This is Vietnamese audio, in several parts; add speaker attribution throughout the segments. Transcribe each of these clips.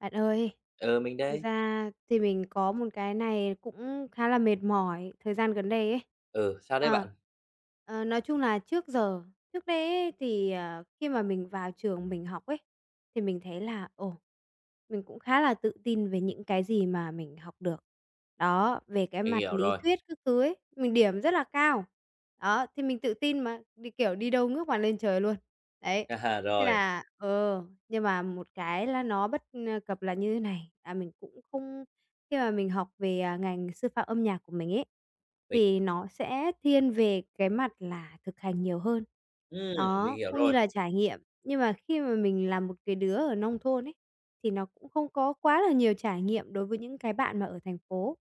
Speaker 1: Bạn ơi,
Speaker 2: Ừ, mình
Speaker 1: thực
Speaker 2: đây.
Speaker 1: ra thì mình có một cái này cũng khá là mệt mỏi thời gian gần đây ấy.
Speaker 2: Ừ, sao đấy
Speaker 1: Ờ.
Speaker 2: bạn?
Speaker 1: Nói chung là trước giờ trước đây ấy thì, khi mà mình vào trường mình học ấy, thì mình thấy là, ồ, mình cũng khá là tự tin về những cái gì mà mình học được. Đó, về cái
Speaker 2: Mình
Speaker 1: mặt
Speaker 2: hiểu
Speaker 1: lý
Speaker 2: rồi.
Speaker 1: thuyết các thứ ấy, mình điểm rất là cao. Đó, thì mình tự tin mà, kiểu, đi đâu ngước mặt lên trời luôn. Đấy,
Speaker 2: À,
Speaker 1: thế
Speaker 2: rồi,
Speaker 1: là ờ. Nhưng mà một cái là nó bất cập là như thế này, là mình cũng không khi mà mình học về, ngành sư phạm âm nhạc của mình ấy,
Speaker 2: mình
Speaker 1: thì nó sẽ thiên về cái mặt là thực hành nhiều hơn.
Speaker 2: ừm, mình
Speaker 1: Đó,
Speaker 2: hiểu
Speaker 1: cũng như
Speaker 2: rồi.
Speaker 1: là trải nghiệm. Nhưng mà khi mà mình là một cái đứa ở nông thôn ấy, thì nó cũng không có quá là nhiều trải nghiệm đối với những cái bạn mà ở thành phố.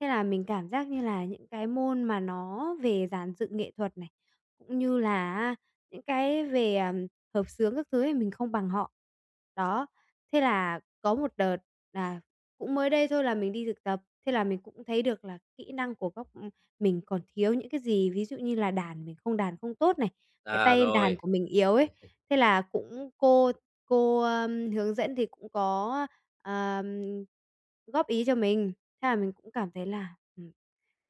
Speaker 1: Thế là mình cảm giác như là những cái môn mà nó về dàn dựng nghệ thuật này, cũng như là những cái về, hợp xướng các thứ thì mình không bằng họ. Đó, thế là có một đợt là cũng mới đây thôi là mình đi thực tập, thế là mình cũng thấy được là kỹ năng của góc, mình còn thiếu những cái gì, ví dụ như là đàn mình không đàn không tốt này, cái
Speaker 2: À,
Speaker 1: tay đàn
Speaker 2: rồi,
Speaker 1: của mình yếu ấy. Thế là cũng cô, hướng dẫn thì cũng có, ờm, góp ý cho mình, thế là mình cũng cảm thấy là,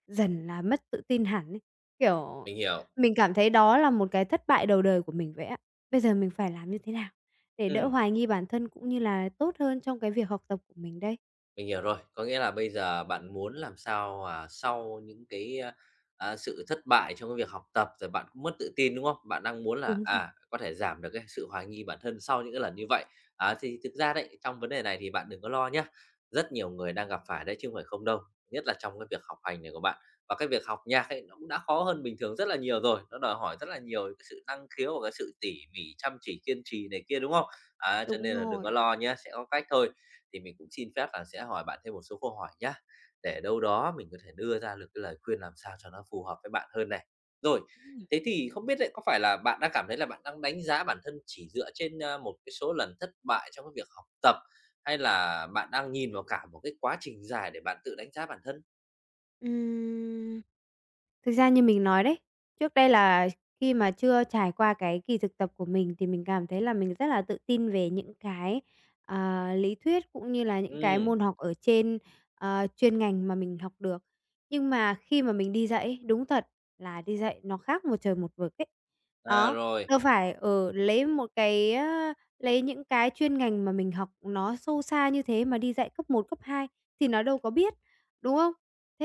Speaker 1: dần là mất tự tin hẳn ấy. Kiểu,
Speaker 2: mình hiểu.
Speaker 1: mình cảm thấy đó là một cái thất bại đầu đời của mình vậy á. Bây giờ mình phải làm như thế nào để đỡ
Speaker 2: Ừm.
Speaker 1: hoài nghi bản thân cũng như là tốt hơn trong cái việc học tập của mình đây?
Speaker 2: Mình hiểu rồi, có nghĩa là bây giờ bạn muốn làm sao mà sau những cái, sự thất bại trong cái việc học tập rồi bạn cũng mất tự tin, đúng không? Bạn đang muốn là,
Speaker 1: Đúng rồi.
Speaker 2: có thể giảm được cái sự hoài nghi bản thân sau những cái lần như vậy. À, thì thực ra đấy, trong vấn đề này thì bạn đừng có lo nhé, rất nhiều người đang gặp phải đấy chứ không phải không đâu, nhất là trong cái việc học hành này của bạn. Và cái việc học nhạc ấy, nó cũng đã khó hơn bình thường rất là nhiều rồi, nó đòi hỏi rất là nhiều cái sự năng khiếu và cái sự tỉ mỉ, chăm chỉ, kiên trì này kia, đúng không? Á, cho
Speaker 1: Đúng
Speaker 2: nên là đừng
Speaker 1: rồi.
Speaker 2: có lo nhé, sẽ có cách thôi. Thì mình cũng xin phép là sẽ hỏi bạn thêm một số câu hỏi nhá, để đâu đó mình có thể đưa ra được cái lời khuyên làm sao cho nó phù hợp với bạn hơn này. Rồi,
Speaker 1: Ừm.
Speaker 2: thế thì không biết ấy, có phải là bạn đang cảm thấy là bạn đang đánh giá bản thân chỉ dựa trên, một cái số lần thất bại trong cái việc học tập, hay là bạn đang nhìn vào cả một cái quá trình dài để bạn tự đánh giá bản thân?
Speaker 1: Thực ra như mình nói đấy, trước đây là khi mà chưa trải qua cái kỳ thực tập của mình thì mình cảm thấy là mình rất là tự tin về những cái, lý thuyết cũng như là những cái
Speaker 2: Ừ.
Speaker 1: môn học ở trên, chuyên ngành mà mình học được. Nhưng mà khi mà mình đi dạy ấy, đúng thật là đi dạy nó khác một trời một vực ấy.
Speaker 2: À,
Speaker 1: Đó,
Speaker 2: rồi,
Speaker 1: đâu phải, ở lấy một cái, á lấy những cái chuyên ngành mà mình học nó sâu xa như thế mà đi dạy cấp một cấp 2 thì nó đâu có biết, đúng không?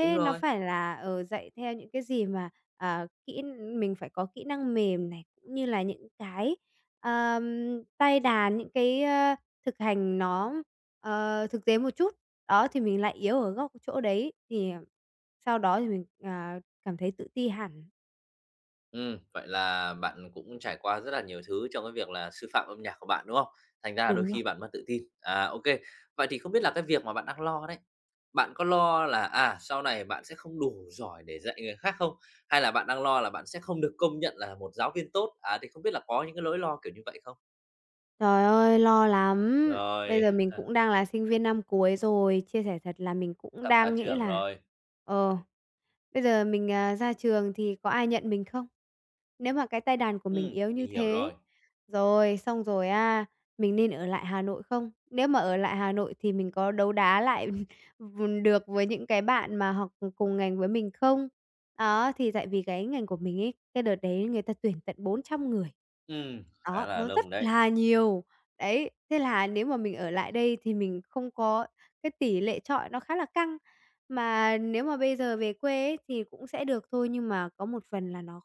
Speaker 2: đúng
Speaker 1: nó
Speaker 2: rồi.
Speaker 1: phải là, dạy theo những cái gì mà, ờ, kỹ mình phải có kỹ năng mềm này, cũng như là những cái, ờm, tay đàn, những cái, thực hành nó, thực tế một chút. Đó, thì mình lại yếu ở góc chỗ đấy, thì sau đó thì mình, cảm thấy tự ti hẳn.
Speaker 2: Vậy là bạn cũng trải qua rất là nhiều thứ trong cái việc là sư phạm âm nhạc của bạn, đúng không? Thành ra là đôi
Speaker 1: Đúng rồi.
Speaker 2: khi bạn mất tự tin. À, ô Vậy thì không biết là cái việc mà bạn đang lo đấy, bạn có lo là, sau này bạn sẽ không đủ giỏi để dạy người khác không? Hay là bạn đang lo là bạn sẽ không được công nhận là một giáo viên tốt? À, thì không biết là có những cái nỗi lo kiểu như vậy không?
Speaker 1: Trời ơi, lo lắm! Bây
Speaker 2: Rồi,
Speaker 1: giờ mình cũng đang là sinh viên năm cuối rồi, chia sẻ thật là mình cũng
Speaker 2: sắp ra
Speaker 1: đang nghĩ
Speaker 2: trường
Speaker 1: là
Speaker 2: rồi.
Speaker 1: ờ. Bây giờ mình, ra trường thì có ai nhận mình không? Nếu mà cái tay đàn của mình yếu
Speaker 2: Mình
Speaker 1: như
Speaker 2: hiểu
Speaker 1: thế,
Speaker 2: rồi.
Speaker 1: rồi xong rồi, mình nên ở lại Hà Nội không? Nếu mà ở lại Hà Nội thì mình có đấu đá lại được với những cái bạn mà học cùng ngành với mình không? Đó, thì tại vì cái ngành của mình ấy, cái đợt đấy người ta tuyển tận 400 người.
Speaker 2: Ừm,
Speaker 1: Đó,
Speaker 2: Khá là
Speaker 1: nó rất
Speaker 2: lông đấy.
Speaker 1: là nhiều. Đấy, thế là nếu mà mình ở lại đây thì mình không có cái tỷ lệ chọi nó khá là căng. Mà nếu mà bây giờ về quê ấy thì cũng sẽ được thôi, nhưng mà có một phần là nó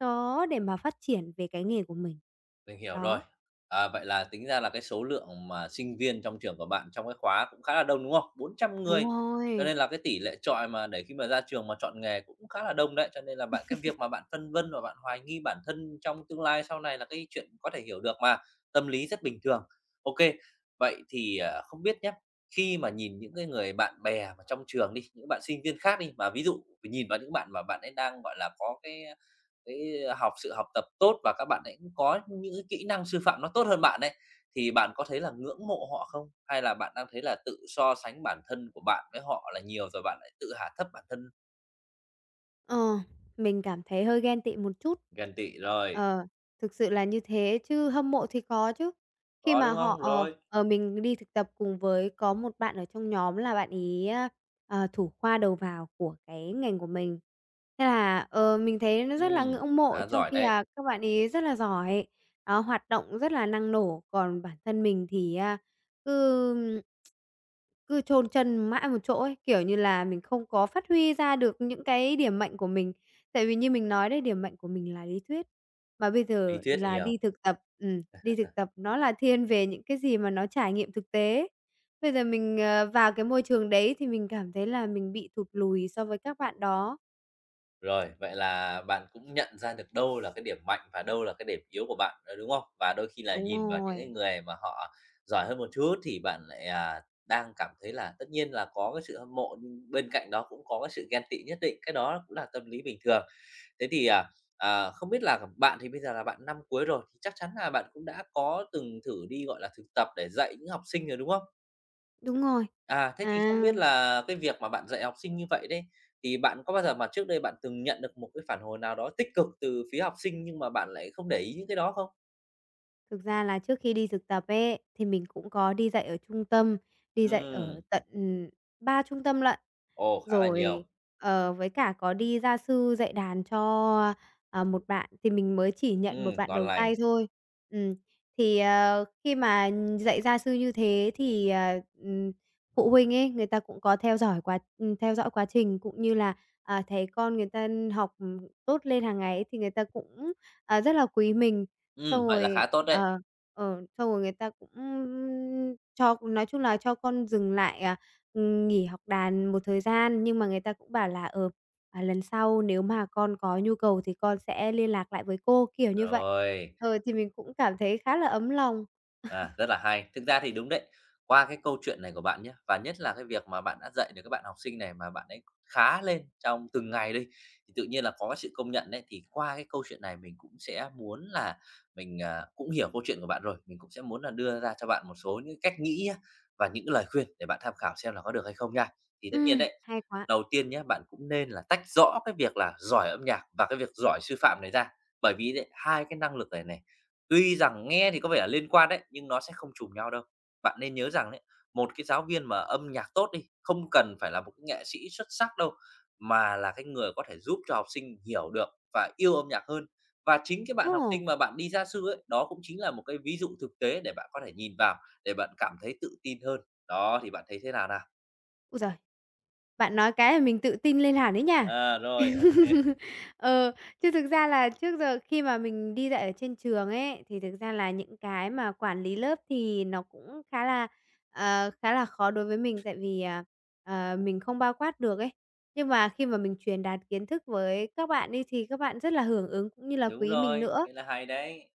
Speaker 1: khó để mà phát triển về cái nghề của mình.
Speaker 2: Mình hiểu rồi.
Speaker 1: Đó,
Speaker 2: À, vậy là tính ra là cái số lượng mà sinh viên trong trường của bạn trong cái khóa cũng khá là đông, đúng không? bốn trăm
Speaker 1: đúng
Speaker 2: người, cho
Speaker 1: rồi.
Speaker 2: nên là cái tỷ lệ chọi mà để khi mà ra trường mà chọn nghề cũng khá là đông đấy. Cho nên là bạn, cái việc mà bạn phân vân và bạn hoài nghi bản thân trong tương lai sau này là cái chuyện có thể hiểu được mà, tâm lý rất bình thường. OK. Vậy thì, không biết nhá, khi mà nhìn những cái người bạn bè mà trong trường đi, những bạn sinh viên khác đi, mà ví dụ nhìn vào những bạn mà bạn ấy đang, gọi là, có cái học sự học tập tốt và các bạn ấy cũng có những cái kỹ năng sư phạm nó tốt hơn bạn ấy, thì bạn có thấy là ngưỡng mộ họ không? Hay là bạn đang thấy là tự so sánh bản thân của bạn với họ là nhiều rồi bạn lại tự hạ thấp bản thân?
Speaker 1: Ờ, mình cảm thấy hơi ghen tị một chút.
Speaker 2: Ghen tị rồi,
Speaker 1: Ờ, thực sự là như thế, chứ hâm mộ thì có chứ. Khi
Speaker 2: có,
Speaker 1: mà
Speaker 2: đúng không? Rồi,
Speaker 1: mình đi thực tập cùng với có một bạn ở trong nhóm là bạn ý, thủ khoa đầu vào của cái ngành của mình. Thế là, mình thấy nó rất là
Speaker 2: ừm,
Speaker 1: ngưỡng mộ
Speaker 2: khá
Speaker 1: trong
Speaker 2: giỏi
Speaker 1: khi
Speaker 2: đấy,
Speaker 1: là các bạn ý rất là giỏi, đó, hoạt động rất là năng nổ, còn bản thân mình thì, cứ cứ chôn chân mãi một chỗ ấy, kiểu như là, mình không có phát huy ra được những cái điểm mạnh của mình. Tại vì như mình nói đấy, điểm mạnh của mình là lý thuyết, mà bây
Speaker 2: lý
Speaker 1: giờ
Speaker 2: thuyết
Speaker 1: là
Speaker 2: nhiều.
Speaker 1: đi thực tập nó là thiên về những cái gì mà nó trải nghiệm thực tế. Bây giờ mình, vào cái môi trường đấy thì mình cảm thấy là mình bị thụt lùi so với các bạn đó.
Speaker 2: Rồi, vậy là bạn cũng nhận ra được đâu là cái điểm mạnh và đâu là cái điểm yếu của bạn, ờ, đúng không? Và đôi khi là
Speaker 1: Đúng
Speaker 2: nhìn vào những cái
Speaker 1: rồi,
Speaker 2: người mà họ giỏi hơn một chút thì bạn lại, đang cảm thấy là tất nhiên là có cái sự hâm mộ, nhưng bên cạnh đó cũng có cái sự ghen tị nhất định, cái đó cũng là tâm lý bình thường. Thế thì, không biết là bạn thì bây giờ là bạn năm cuối rồi, thì chắc chắn là bạn cũng đã có từng thử đi, gọi là, thực tập để dạy những học sinh rồi, đúng không?
Speaker 1: đúng rồi.
Speaker 2: À, thế thì
Speaker 1: À,
Speaker 2: không biết là cái việc mà bạn dạy học sinh như vậy đấy, thì bạn có bao giờ mà trước đây bạn từng nhận được một cái phản hồi nào đó tích cực từ phía học sinh nhưng mà bạn lại không để ý những cái đó không?
Speaker 1: thực ra là trước khi đi thực tập ấy, thì mình cũng có đi dạy ở trung tâm, đi dạy ở
Speaker 2: Ừm,
Speaker 1: tận 3 trung tâm lận.
Speaker 2: ồ, khá là
Speaker 1: Rồi,
Speaker 2: nhiều.
Speaker 1: với cả có đi gia sư dạy đàn cho, một bạn thì mình mới chỉ nhận một bạn
Speaker 2: Ngon
Speaker 1: đầu
Speaker 2: lành.
Speaker 1: tay thôi. Ừm, thì, khi mà dạy gia sư như thế thìừm, phụ huynh ấy, người ta cũng có theo dõi quá trình cũng như là, thấy con người ta học, tốt lên hàng ngày ấy thì người ta cũng, rất là quý mình. Xong
Speaker 2: Vậy là
Speaker 1: rồi
Speaker 2: khá tốt đấy.
Speaker 1: ờ, xong rồi người ta cũng cho nói chung là cho con dừng lại. Nghỉ học đàn một thời gian, nhưng mà người ta cũng bảo là, "Lần sau nếu mà con có nhu cầu thì con sẽ liên lạc lại với cô", kiểu như vậy.
Speaker 2: Rồi.
Speaker 1: Thì mình cũng cảm thấy khá là ấm lòng.
Speaker 2: À, rất là hay. Thực ra thì đúng đấy. Qua cái câu chuyện này của bạn nhé và nhất là cái việc mà bạn đã dạy được các bạn học sinh này mà bạn ấy khá lên trong từng ngày đi, thì tự nhiên là có sự công nhận đấy. Thì qua cái câu chuyện này mình cũng sẽ muốn là mình, cũng hiểu câu chuyện của bạn rồi, mình cũng sẽ muốn là đưa ra cho bạn một số những cách nghĩ á, và những lời khuyên để bạn tham khảo xem là có được hay không nha. Thì tất nhiên
Speaker 1: Ừm.
Speaker 2: đấy,
Speaker 1: Hay quá!
Speaker 2: đầu tiên nhé, bạn cũng nên là tách rõ cái việc là giỏi âm nhạc và cái việc giỏi sư phạm này ra. Bởi vì đấy, hai cái năng lực này này, tuy rằng nghe thì có vẻ là liên quan đấy, nhưng nó sẽ không trùng nhau đâu. Bạn nên nhớ rằng đấy, một cái giáo viên mà âm nhạc tốt đi, không cần phải là một cái nghệ sĩ xuất sắc đâu, mà là cái người có thể giúp cho học sinh hiểu được và yêu âm nhạc hơn. Và chính cái
Speaker 1: Ồ!
Speaker 2: bạn học sinh mà bạn đi gia sư ấy, đó cũng chính là một cái ví dụ thực tế để bạn có thể nhìn vào, để bạn cảm thấy tự tin hơn. Đó, thì bạn thấy thế nào nào?
Speaker 1: Ôi giời! Bạn nói cái là mình tự tin lên hẳn ấy nha.
Speaker 2: À, rồi, OK.
Speaker 1: Ờ, chứ thực ra là trước giờ khi mà mình đi dạy ở trên trường ấy, thì thực ra là những cái mà quản lý lớp thì nó cũng khá là, khá là khó đối với mình, tại vì, mình không bao quát được ấy. Nhưng mà khi mà mình truyền đạt kiến thức với các bạn đi thì các bạn rất là hưởng ứng cũng như là
Speaker 2: Đúng
Speaker 1: quý mình
Speaker 2: rồi,
Speaker 1: nữa.
Speaker 2: thế là hay đấy.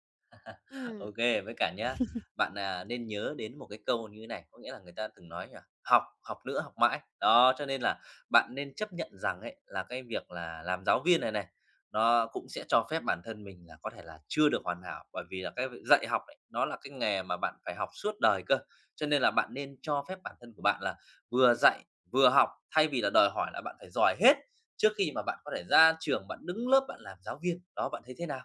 Speaker 1: Ừm.
Speaker 2: OK, với cả nhá, bạn, nên nhớ đến một cái câu như thế này, có nghĩa là người ta từng nói nhỉ, "Học, học nữa, học mãi." Đó, cho nên là bạn nên chấp nhận rằng ấy, là cái việc là làm giáo viên này này, nó cũng sẽ cho phép bản thân mình là có thể là chưa được hoàn hảo, bởi vì là cái việc dạy học ấy, nó là cái nghề mà bạn phải học suốt đời cơ. Cho nên là bạn nên cho phép bản thân của bạn là vừa dạy, vừa học, thay vì là đòi hỏi là bạn phải giỏi hết trước khi mà bạn có thể ra trường, bạn đứng lớp bạn làm giáo viên. Đó, bạn thấy thế nào?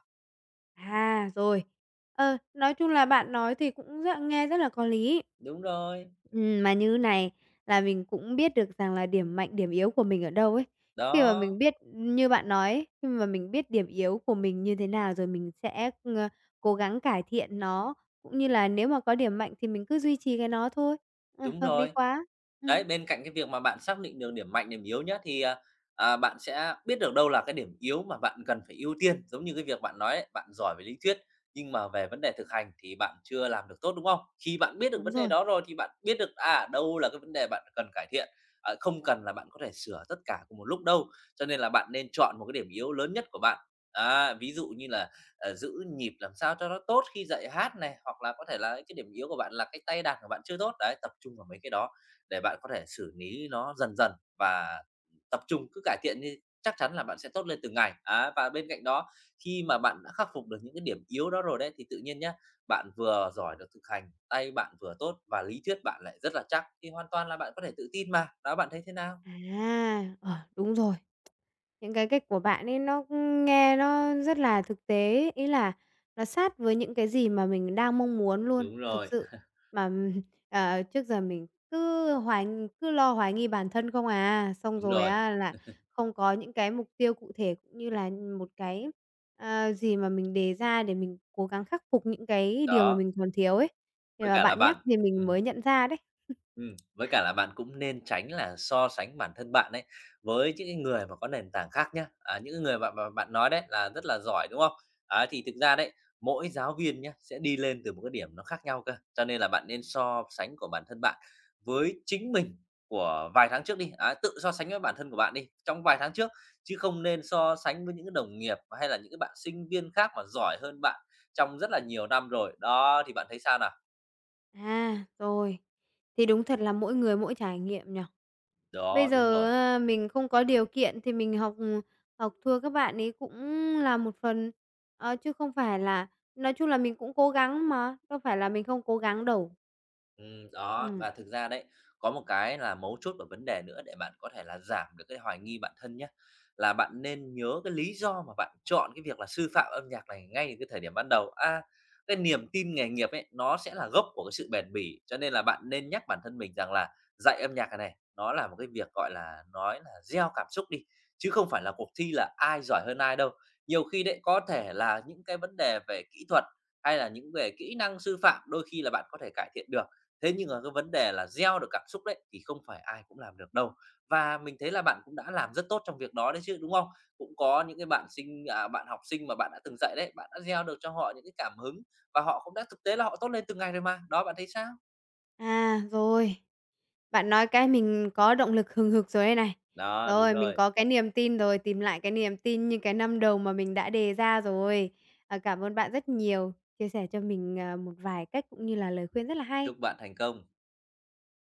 Speaker 1: À, rồi. Nói chung là bạn nói thì cũng nghe rất là có lý.
Speaker 2: Đúng rồi,
Speaker 1: Mà như này là mình cũng biết được rằng là điểm mạnh, điểm yếu của mình ở đâu ấy. Khi mà mình
Speaker 2: đó.
Speaker 1: biết như bạn nói ấy, khi mà mình biết điểm yếu của mình như thế nào rồi mình sẽ, cố gắng cải thiện nó, cũng như là nếu mà có điểm mạnh thì mình cứ duy trì cái nó thôi. Ờ,
Speaker 2: Đúng
Speaker 1: hợp lý
Speaker 2: rồi,
Speaker 1: quá. Ừm.
Speaker 2: đấy, bên cạnh cái việc mà bạn xác định được điểm mạnh, điểm yếu nhá, thì, bạn sẽ biết được đâu là cái điểm yếu mà bạn cần phải ưu tiên. Giống như cái việc bạn nói ấy, bạn giỏi về lý thuyết, nhưng mà về vấn đề thực hành thì bạn chưa làm được tốt, đúng không? Khi bạn biết được
Speaker 1: Đúng
Speaker 2: vấn đề
Speaker 1: rồi.
Speaker 2: đó rồi thì bạn biết được, đâu là cái vấn đề bạn cần cải thiện, không cần là bạn có thể sửa tất cả cùng một lúc đâu. Cho nên là bạn nên chọn một cái điểm yếu lớn nhất của bạn. Á, ví dụ như là, giữ nhịp làm sao cho nó tốt khi dạy hát này, hoặc là có thể là cái điểm yếu của bạn là cái tay đàn của bạn chưa tốt, đấy, tập trung vào mấy cái đó để bạn có thể xử lý nó dần dần và tập trung cứ cải thiện đi, chắc chắn là bạn sẽ tốt lên từng ngày. Á, và bên cạnh đó khi mà bạn đã khắc phục được những cái điểm yếu đó rồi đấy, thì tự nhiên nhé bạn vừa giỏi được thực hành, tay bạn vừa tốt và lý thuyết bạn lại rất là chắc, thì hoàn toàn là bạn có thể tự tin mà. Đó, bạn thấy thế nào?
Speaker 1: Đúng rồi. Những cái cách của bạn ấy nó nghe nó rất là thực tế ấy, ý là nó sát với những cái gì mà mình đang mong muốn luôn,
Speaker 2: Đúng
Speaker 1: thực
Speaker 2: rồi.
Speaker 1: sự. Mà, trước giờ mình cứ lo hoài nghi bản thân không, xong
Speaker 2: Đúng
Speaker 1: rồi
Speaker 2: rồi,
Speaker 1: á là không có những cái mục tiêu cụ thể cũng như là một cái, gì mà mình đề ra để mình cố gắng khắc phục những cái điều mà
Speaker 2: đó.
Speaker 1: mình còn thiếu ấy. Thì
Speaker 2: với
Speaker 1: mà
Speaker 2: cả là
Speaker 1: bạn
Speaker 2: bạn
Speaker 1: nhắc thì mình
Speaker 2: ừm.
Speaker 1: mới nhận ra đấy.
Speaker 2: Với cả là bạn cũng nên tránh là so sánh bản thân bạn ấy với những cái người mà có nền tảng khác nhá. À, những cái người bạn bạn bạn nói đấy là rất là giỏi, đúng không? Á, thì thực ra đấy, mỗi giáo viên nhá, sẽ đi lên từ một cái điểm nó khác nhau cơ, cho nên là bạn nên so sánh của bản thân bạn với chính mình của vài tháng trước đi, á, tự so sánh với bản thân của bạn đi, trong vài tháng trước, chứ không nên so sánh với những cái đồng nghiệp hay là những cái bạn sinh viên khác mà giỏi hơn bạn trong rất là nhiều năm rồi. Đó, thì bạn thấy sao nào?
Speaker 1: À, rồi. Thì đúng thật là mỗi người mỗi trải nghiệm nhỉ? Bây
Speaker 2: Đó, đúng rồi.
Speaker 1: giờ, mình không có điều kiện thì mình học thua các bạn ấy cũng là một phần, chứ không phải là nói chung là mình cũng cố gắng mà, đâu phải là mình không cố gắng đâu.
Speaker 2: Đó,
Speaker 1: Ừm,
Speaker 2: và thực ra đấy, có một cái là mấu chốt và vấn đề nữa để bạn có thể là giảm được cái hoài nghi bản thân nhé là bạn nên nhớ cái lý do mà bạn chọn cái việc là sư phạm âm nhạc này ngay từ cái thời điểm ban đầu. Cái niềm tin nghề nghiệp ấy, nó sẽ là gốc của cái sự bền bỉ, cho nên là bạn nên nhắc bản thân mình rằng là dạy âm nhạc này này, nó là một cái việc, gọi là, nói là gieo cảm xúc đi, chứ không phải là cuộc thi là ai giỏi hơn ai đâu. Nhiều khi đấy, có thể là những cái vấn đề về kỹ thuật hay là những về kỹ năng sư phạm đôi khi là bạn có thể cải thiện được, thế nhưng mà cái vấn đề là gieo được cảm xúc đấy thì không phải ai cũng làm được đâu. Và mình thấy là bạn cũng đã làm rất tốt trong việc đó đấy chứ, đúng không? Cũng có những cái bạn học sinh mà bạn đã từng dạy đấy, bạn đã gieo được cho họ những cái cảm hứng và họ cũng đã thực tế là họ tốt lên từng ngày rồi mà. Đó, bạn thấy sao?
Speaker 1: à, rồi. Bạn nói cái mình có động lực hừng hực rồi đây này.
Speaker 2: Đó, đúng
Speaker 1: Rồi, mình
Speaker 2: rồi.
Speaker 1: có cái niềm tin rồi, tìm lại cái niềm tin như cái năm đầu mà mình đã đề ra rồi. À, cảm ơn bạn rất nhiều, chia sẻ cho mình, một vài cách cũng như là lời khuyên rất là
Speaker 2: Chúc
Speaker 1: hay.
Speaker 2: bạn thành công.